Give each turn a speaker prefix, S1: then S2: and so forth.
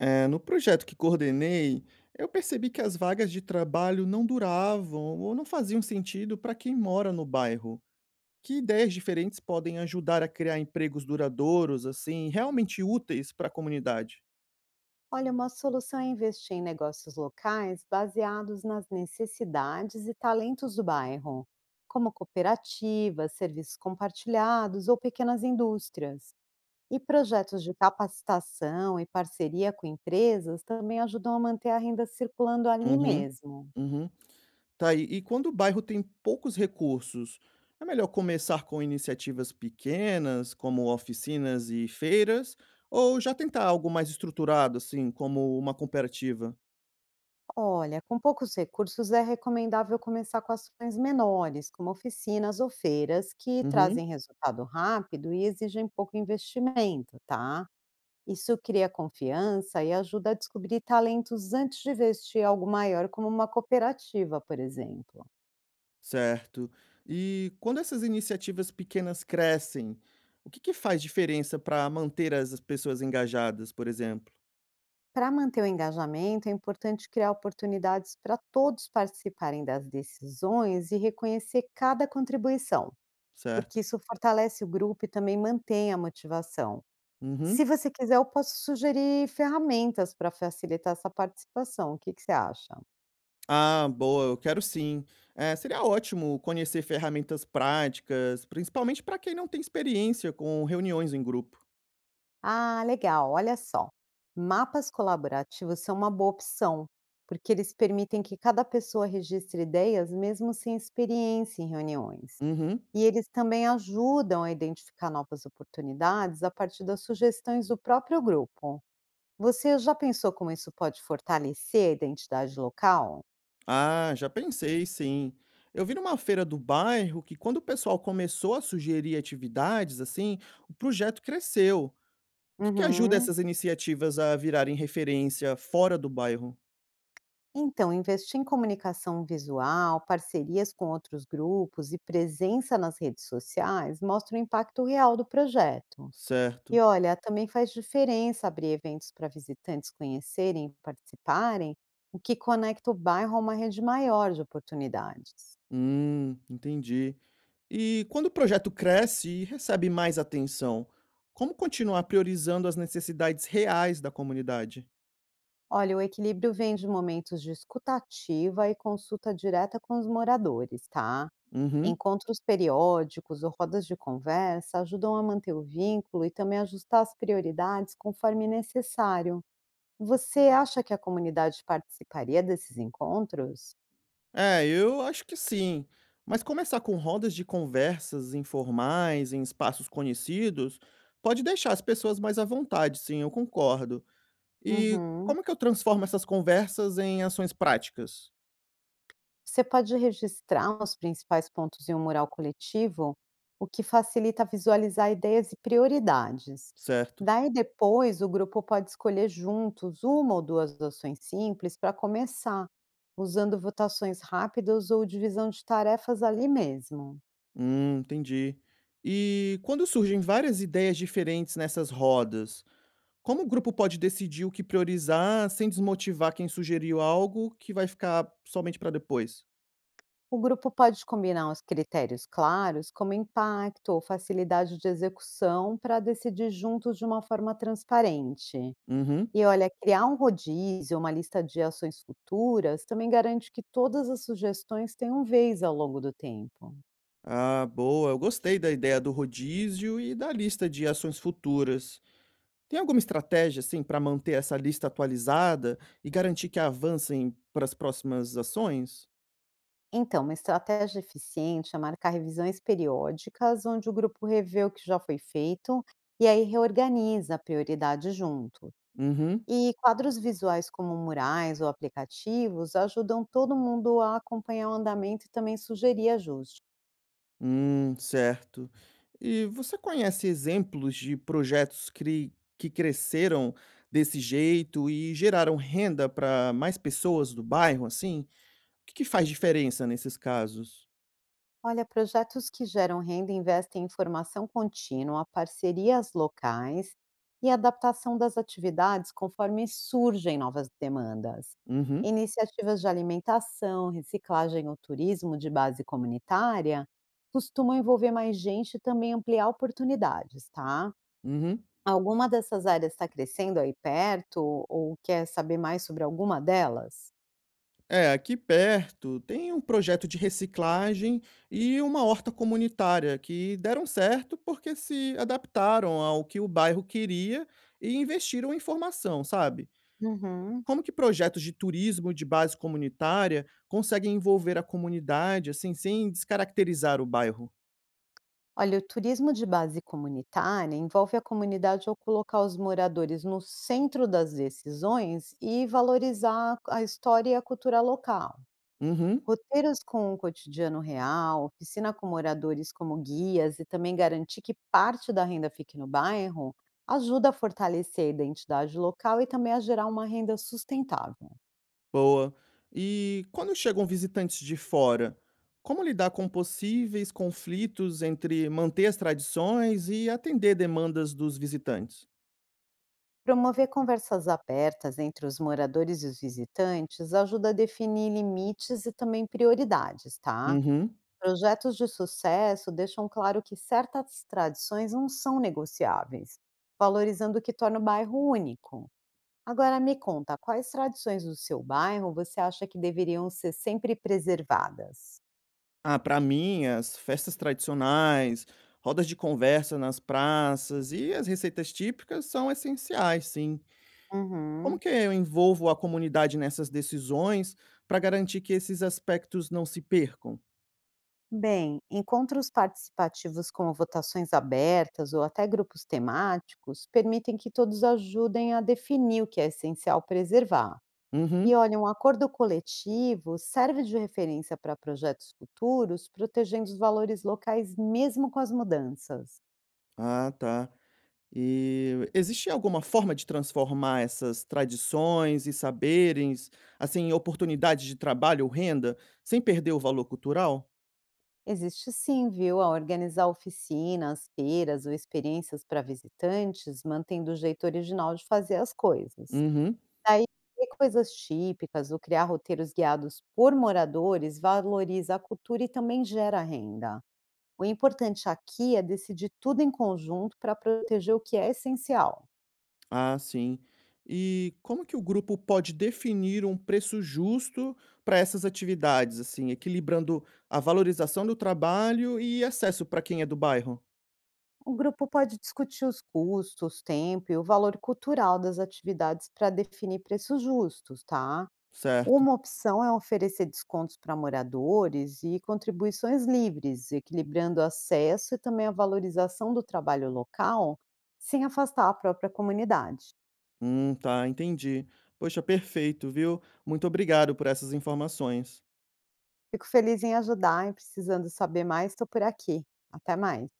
S1: No projeto que coordenei, eu percebi que as vagas de trabalho não duravam ou não faziam sentido para quem mora no bairro. Que ideias diferentes podem ajudar a criar empregos duradouros, assim, realmente úteis para a comunidade?
S2: Olha, uma solução é investir em negócios locais baseados nas necessidades e talentos do bairro, como cooperativas, serviços compartilhados ou pequenas indústrias. E projetos de capacitação e parceria com empresas também ajudam a manter a renda circulando ali
S1: Uhum,
S2: mesmo.
S1: uhum. Tá aí. E quando o bairro tem poucos recursos, é melhor começar com iniciativas pequenas, como oficinas e feiras, ou já tentar algo mais estruturado, assim, como uma cooperativa?
S2: Olha, com poucos recursos é recomendável começar com ações menores, como oficinas ou feiras, que trazem
S1: Uhum.
S2: resultado rápido e exigem pouco investimento, tá? Isso cria confiança e ajuda a descobrir talentos antes de investir algo maior, como uma cooperativa, por exemplo.
S1: Certo. E quando essas iniciativas pequenas crescem, o que que faz diferença para manter as pessoas engajadas, por exemplo?
S2: Para manter o engajamento, é importante criar oportunidades para todos participarem das decisões e reconhecer cada contribuição, porque
S1: Certo.
S2: isso fortalece o grupo e também mantém a motivação. Se
S1: Uhum.
S2: você quiser, eu posso sugerir ferramentas para facilitar essa participação. O que que você acha?
S1: Ah, boa, eu quero sim. Seria ótimo conhecer ferramentas práticas, principalmente para quem não tem experiência com reuniões em grupo.
S2: Ah, legal. Olha só. Mapas colaborativos são uma boa opção, porque eles permitem que cada pessoa registre ideias mesmo sem experiência em reuniões.
S1: Uhum.
S2: E eles também ajudam a identificar novas oportunidades a partir das sugestões do próprio grupo. Você já pensou como isso pode fortalecer a identidade local?
S1: Ah, já pensei, sim. Eu vi numa feira do bairro que quando o pessoal começou a sugerir atividades, assim, o projeto cresceu. O que que ajuda
S2: Uhum.
S1: essas iniciativas a virarem referência fora do bairro?
S2: Então, investir em comunicação visual, parcerias com outros grupos e presença nas redes sociais mostra o impacto real do projeto. E
S1: Certo.
S2: olha, também faz diferença abrir eventos para visitantes conhecerem e participarem, o que conecta o bairro a uma rede maior de oportunidades.
S1: Entendi. E quando o projeto cresce e recebe mais atenção, como continuar priorizando as necessidades reais da comunidade?
S2: Olha, o equilíbrio vem de momentos de escutativa e consulta direta com os moradores, tá?
S1: Uhum.
S2: Encontros periódicos ou rodas de conversa ajudam a manter o vínculo e também ajustar as prioridades conforme necessário. Você acha que a comunidade participaria desses encontros?
S1: Eu acho que sim. Mas começar com rodas de conversas informais em espaços conhecidos pode deixar as pessoas mais à vontade, sim, eu concordo. E
S2: Uhum.
S1: como que eu transformo essas conversas em ações práticas?
S2: Você pode registrar os principais pontos em um mural coletivo, o que facilita visualizar ideias e prioridades.
S1: Certo.
S2: Daí depois, o grupo pode escolher juntos uma ou duas ações simples para começar, usando votações rápidas ou divisão de tarefas ali mesmo.
S1: Entendi. E quando surgem várias ideias diferentes nessas rodas, como o grupo pode decidir o que priorizar sem desmotivar quem sugeriu algo que vai ficar somente para depois?
S2: O grupo pode combinar os critérios claros, como impacto ou facilidade de execução, para decidir juntos de uma forma transparente.
S1: Uhum.
S2: E olha, criar um rodízio, uma lista de ações futuras, também garante que todas as sugestões tenham vez ao longo do tempo.
S1: Ah, boa. Eu gostei da ideia do rodízio e da lista de ações futuras. Tem alguma estratégia assim para manter essa lista atualizada e garantir que avancem para as próximas ações?
S2: Então, uma estratégia eficiente é marcar revisões periódicas, onde o grupo revê o que já foi feito e aí reorganiza a prioridade junto.
S1: Uhum.
S2: E quadros visuais como murais ou aplicativos ajudam todo mundo a acompanhar o andamento e também sugerir ajustes.
S1: Certo. E você conhece exemplos de projetos cri que cresceram desse jeito e geraram renda para mais pessoas do bairro, assim? O que que faz diferença nesses casos?
S2: Olha, projetos que geram renda investem em formação contínua, parcerias locais e adaptação das atividades conforme surgem novas demandas.
S1: Uhum,
S2: Iniciativas de alimentação, reciclagem ou turismo de base comunitária costumam envolver mais gente e também ampliar oportunidades, tá?
S1: uhum.
S2: Alguma dessas áreas está crescendo aí perto ou quer saber mais sobre alguma delas?
S1: Aqui perto tem um projeto de reciclagem e uma horta comunitária que deram certo porque se adaptaram ao que o bairro queria e investiram em formação, sabe?
S2: Uhum.
S1: Como que projetos de turismo de base comunitária conseguem envolver a comunidade, assim, sem descaracterizar o bairro?
S2: Olha, o turismo de base comunitária envolve a comunidade ao colocar os moradores no centro das decisões e valorizar a história e a cultura local.
S1: Uhum,
S2: Roteiros com o cotidiano real, oficina com moradores como guias e também garantir que parte da renda fique no bairro ajuda a fortalecer a identidade local e também a gerar uma renda sustentável.
S1: boa. E quando chegam visitantes de fora, como lidar com possíveis conflitos entre manter as tradições e atender demandas dos visitantes?
S2: Promover conversas abertas entre os moradores e os visitantes ajuda a definir limites e também prioridades, tá?
S1: Uhum.
S2: Projetos de sucesso deixam claro que certas tradições não são negociáveis, valorizando o que torna o bairro único. Agora me conta, quais tradições do seu bairro você acha que deveriam ser sempre preservadas?
S1: Ah, para mim, as festas tradicionais, rodas de conversa nas praças e as receitas típicas são essenciais, sim. Como
S2: Uhum.
S1: que eu envolvo a comunidade nessas decisões para garantir que esses aspectos não se percam?
S2: Bem, encontros participativos como votações abertas ou até grupos temáticos permitem que todos ajudem a definir o que é essencial preservar. E
S1: Uhum.
S2: olha, um acordo coletivo serve de referência para projetos futuros, protegendo os valores locais mesmo com as mudanças.
S1: Ah, tá. E existe alguma forma de transformar essas tradições e saberes, assim, em oportunidades de trabalho ou renda, sem perder o valor cultural?
S2: Existe sim, viu, a organizar oficinas, feiras ou experiências para visitantes, mantendo o jeito original de fazer as coisas.
S1: Uhum.
S2: Daí, ter coisas típicas ou criar roteiros guiados por moradores valoriza a cultura e também gera renda. O importante aqui é decidir tudo em conjunto para proteger o que é essencial.
S1: Ah, sim. E como que o grupo pode definir um preço justo para essas atividades, assim, equilibrando a valorização do trabalho e acesso para quem é do bairro?
S2: O grupo pode discutir os custos, tempo e o valor cultural das atividades para definir preços justos, tá?
S1: Certo.
S2: Uma opção é oferecer descontos para moradores e contribuições livres, equilibrando o acesso e também a valorização do trabalho local, sem afastar a própria comunidade.
S1: Tá, entendi. Poxa, perfeito, viu? Muito obrigado por essas informações.
S2: Fico feliz em ajudar e precisando saber mais, estou por aqui. Até mais.